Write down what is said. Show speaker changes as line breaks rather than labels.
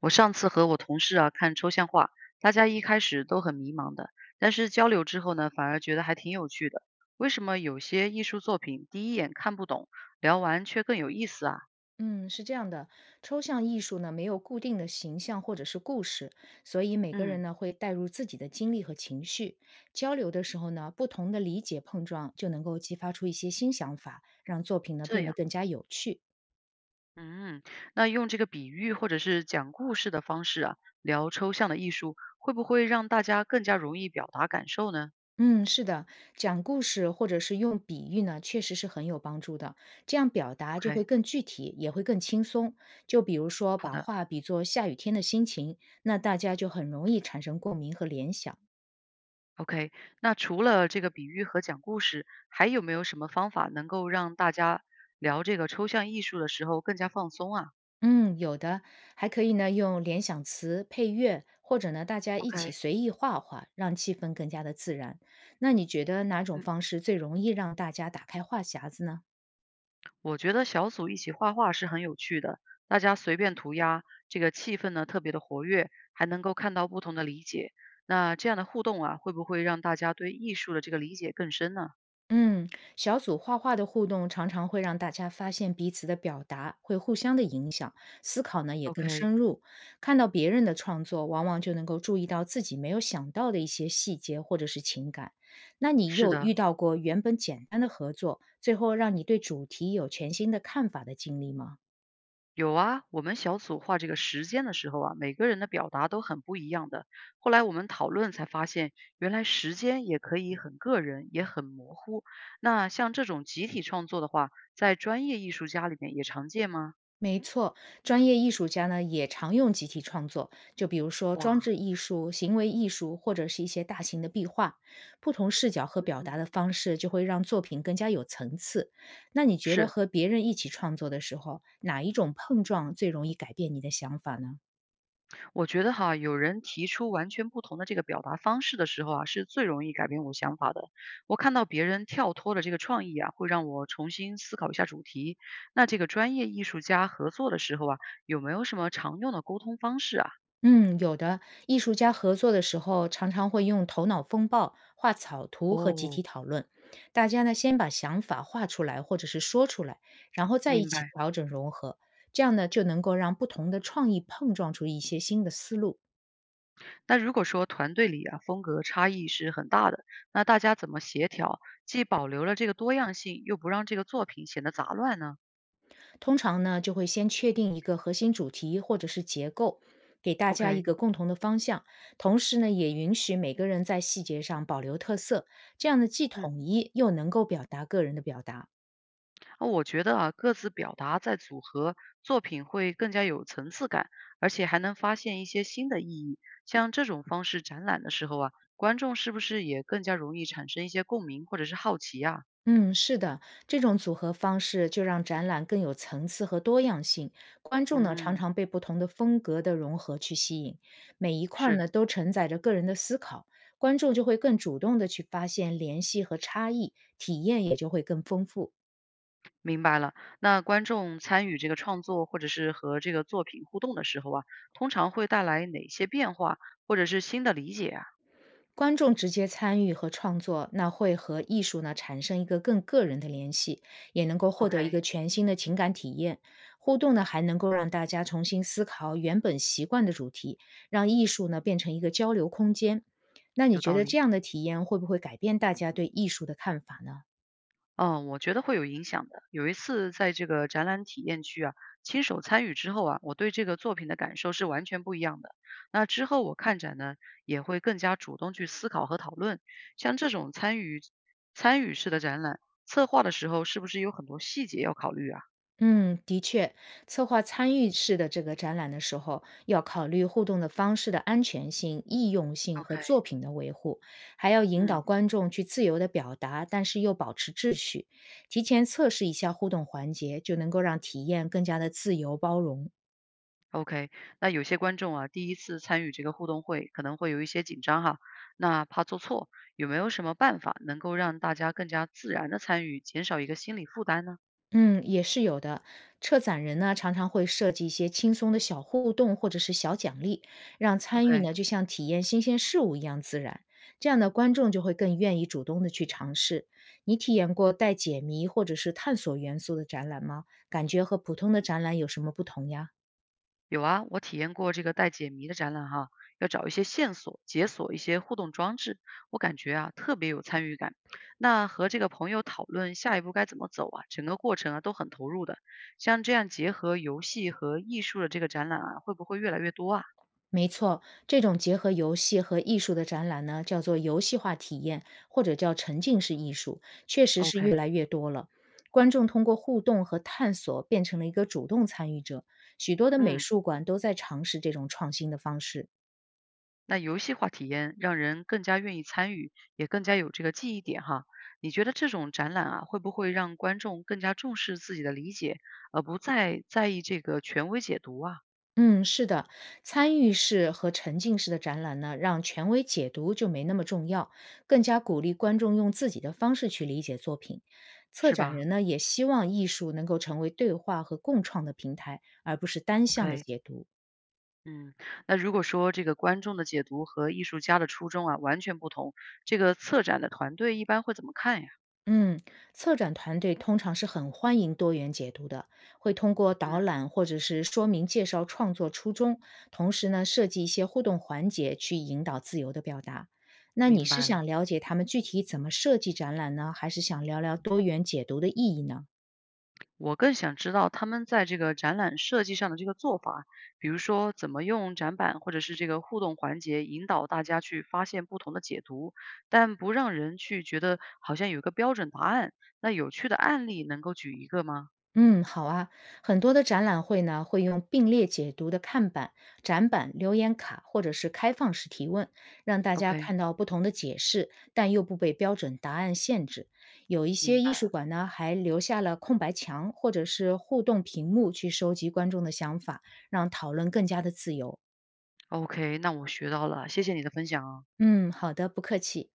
我上次和我同事啊看抽象画，大家一开始都很迷茫的，但是交流之后呢，反而觉得还挺有趣的。为什么有些艺术作品第一眼看不懂，聊完却更有意思啊？
嗯，是这样的，抽象艺术呢没有固定的形象或者是故事，所以每个人
嗯，
呢会带入自己的经历和情绪。交流的时候呢，不同的理解碰撞就能够激发出一些新想法，让作品呢
这
变得
样，
更加有趣。
嗯，那用这个比喻或者是讲故事的方式啊，聊抽象的艺术，会不会让大家更加容易表达感受呢
嗯，是的，讲故事或者是用比喻呢，确实是很有帮助的。这样表达就会
？OK，
更具体，也会更轻松。就比如说，
好
把
的。
画比作下雨天的心情，那大家就很容易产生共鸣和联想。
OK，那除了这个比喻和讲故事，还有没有什么方法能够让大家聊这个抽象艺术的时候更加放松啊
嗯，有的，还可以呢，用联想词、配乐，或者呢，大家一起
？OK，
随意画画，让气氛更加的自然。那你觉得哪种
嗯，
方式最容易让大家打开话匣子呢？
我觉得小组一起画画是很有趣的，大家随便涂鸦，这个气氛呢特别的活跃，还能够看到不同的理解。那这样的互动啊，会不会让大家对艺术的这个理解更深呢
嗯，小组画画的互动常常会让大家发现彼此的表达会互相的影响，思考呢也更
？OK，
深入。看到别人的创作，往往就能够注意到自己没有想到的一些细节或者是情感。那你
是
有遇
的，
到过原本简单的合作，最后让你对主题有全新的看法的经历吗？
有啊，我们小组画这个时间的时候啊，每个人的表达都很不一样的。后来我们讨论才发现，原来时间也可以很个人，也很模糊。那像这种集体创作的话，在专业艺术家里面也常见吗？
没错，专业艺术家呢也常用集体创作，就比如说装置
哇，
艺术、行为艺术，或者是一些大型的壁画。不同视角和表达
嗯，
的方式，就会让作品更加有层次。那你觉得
是。
和别人一起创作的时候，哪一种碰撞最容易改变你的想法呢？
我觉得哈，有人提出完全不同的这个表达方式的时候啊，是最容易改变我想法的。我看到别人跳脱的这个创意啊，会让我重新思考一下主题。那这个专业艺术家合作的时候啊，有没有什么常用的沟通方式啊？
嗯，有的。艺术家合作的时候，常常会用头脑风暴、画草图和集
哦，
体讨论。大家呢，先把想法画出来，或者是说出来，然后再一
明
起
白。
调整融合。这样呢，就能够让不同的创意碰撞出一些新的思路。
那如果说团队里啊，风格差异是很大的，那大家怎么协调，既保留了这个多样性，又不让这个作品显得杂乱呢
通常呢，就会先确定一个核心主题或者是结构，给大家一
？OK，
个共同的方向。同时呢，也允许每个人在细节上保留特色，这样呢，既
嗯。
统一又能够表达个人的表达。
我觉得啊，各自表达再组合，作品会更加有层次感，而且还能发现一些新的意义。像这种方式展览的时候啊，观众是不是也更加容易产生一些共鸣或者是好奇啊？
嗯，是的，这种组合方式就让展览更有层次和多样性。观众呢，常
嗯，
常被不同的风格的融合去吸引，每一块儿
是，
呢都承载着个人的思考，观众就会更主动的去发现联系和差异，体验也就会更丰富。
明白了。那观众参与这个创作或者是和这个作品互动的时候啊，通常会带来哪些变化或者是新的理解啊
观众直接参与和创作，那会和艺术呢产生一个更个人的联系，也能够获得一个
？OK，
全新的情感体验。互动呢，还能够让大家重新思考原本习惯的主题，让艺术呢变成一个交流空间。那你
有
觉
道
得这
理。
样的体验会不会改变大家对艺术的看法呢？
嗯，我觉得会有影响的。有一次在这个展览体验区啊，亲手参与之后啊，我对这个作品的感受是完全不一样的。那之后我看展呢，也会更加主动去思考和讨论。像这种参与式的展览，策划的时候是不是有很多细节要考虑啊
嗯，的确，策划参与式的这个展览的时候，要考虑互动的方式的安全性、易用性和
？OK，
作品的维护，还要引导
嗯
观众去自由的表达，但是又保持秩序。提前测试一下互动环节，就能够让体验更加的自由包容。
，OK。那有些观众啊，第一次参与这个互动会，可能会有一些紧张哈，那怕做错，有没有什么办法能够让大家更加自然的参与，减少一个心理负担呢？
嗯，也是有的。策展人呢，常常会设计一些轻松的小互动或者是小奖励，让参与
OK，
呢就像体验新鲜事物一样自然。这样的观众就会更愿意主动的去尝试。你体验过带解谜或者是探索元素的展览吗？感觉和普通的展览有什么不同呀？
有啊，我体验过这个带解谜的展览哈，要找一些线索，解锁一些互动装置，我感觉啊特别有参与感。那和这个朋友讨论下一步该怎么走啊，整个过程啊都很投入的。像这样结合游戏和艺术的这个展览啊，会不会越来越多啊
没错，这种结合游戏和艺术的展览呢，叫做游戏化体验，或者叫沉浸式艺术，确实是越
？OK，
来越多了。观众通过互动和探索，变成了一个主动参与者。许多的美
嗯，
术馆都在尝试这种创新的方式。
那游戏化体验让人更加愿意参与，也更加有这个记忆点哈。你觉得这种展览啊，会不会让观众更加重视自己的理解，而不再在意这个权威解读啊？
嗯，是的，参与式和沉浸式的展览呢，让权威解读就没那么重要，更加鼓励观众用自己的方式去理解作品。策
是
展
吧
人呢，也希望艺术能够成为对话和共创的平台，而不是单向的
？OK，
解读。
嗯，那如果说这个观众的解读和艺术家的初衷啊完全不同，这个策展的团队一般会怎么看呀？
嗯，策展团队通常是很欢迎多元解读的，会通过导
嗯，
览或者是说明介绍创作初衷，同时呢设计一些互动环节去引导自由的表达。那你
明
是
白了。
想了解他们具体怎么设计展览呢，还是想聊聊多元解读的意义呢？
我更想知道他们在这个展览设计上的这个做法，比如说怎么用展板或者是这个互动环节引导大家去发现不同的解读，但不让人去觉得好像有一个标准答案。那有趣的案例能够举一个吗
嗯，好啊，很多的展览会呢会用并列解读的看板、展板、留言卡或者是开放式提问，让大家
？OK，
看到不同的解释，但又不被标准答案限制。有一些
明
艺术
白。
馆呢还留下了空白墙或者是互动屏幕去收集观众的想法，让讨论更加的自由。
OK，那我学到了，谢谢你的分享啊。
嗯，好的，不客气。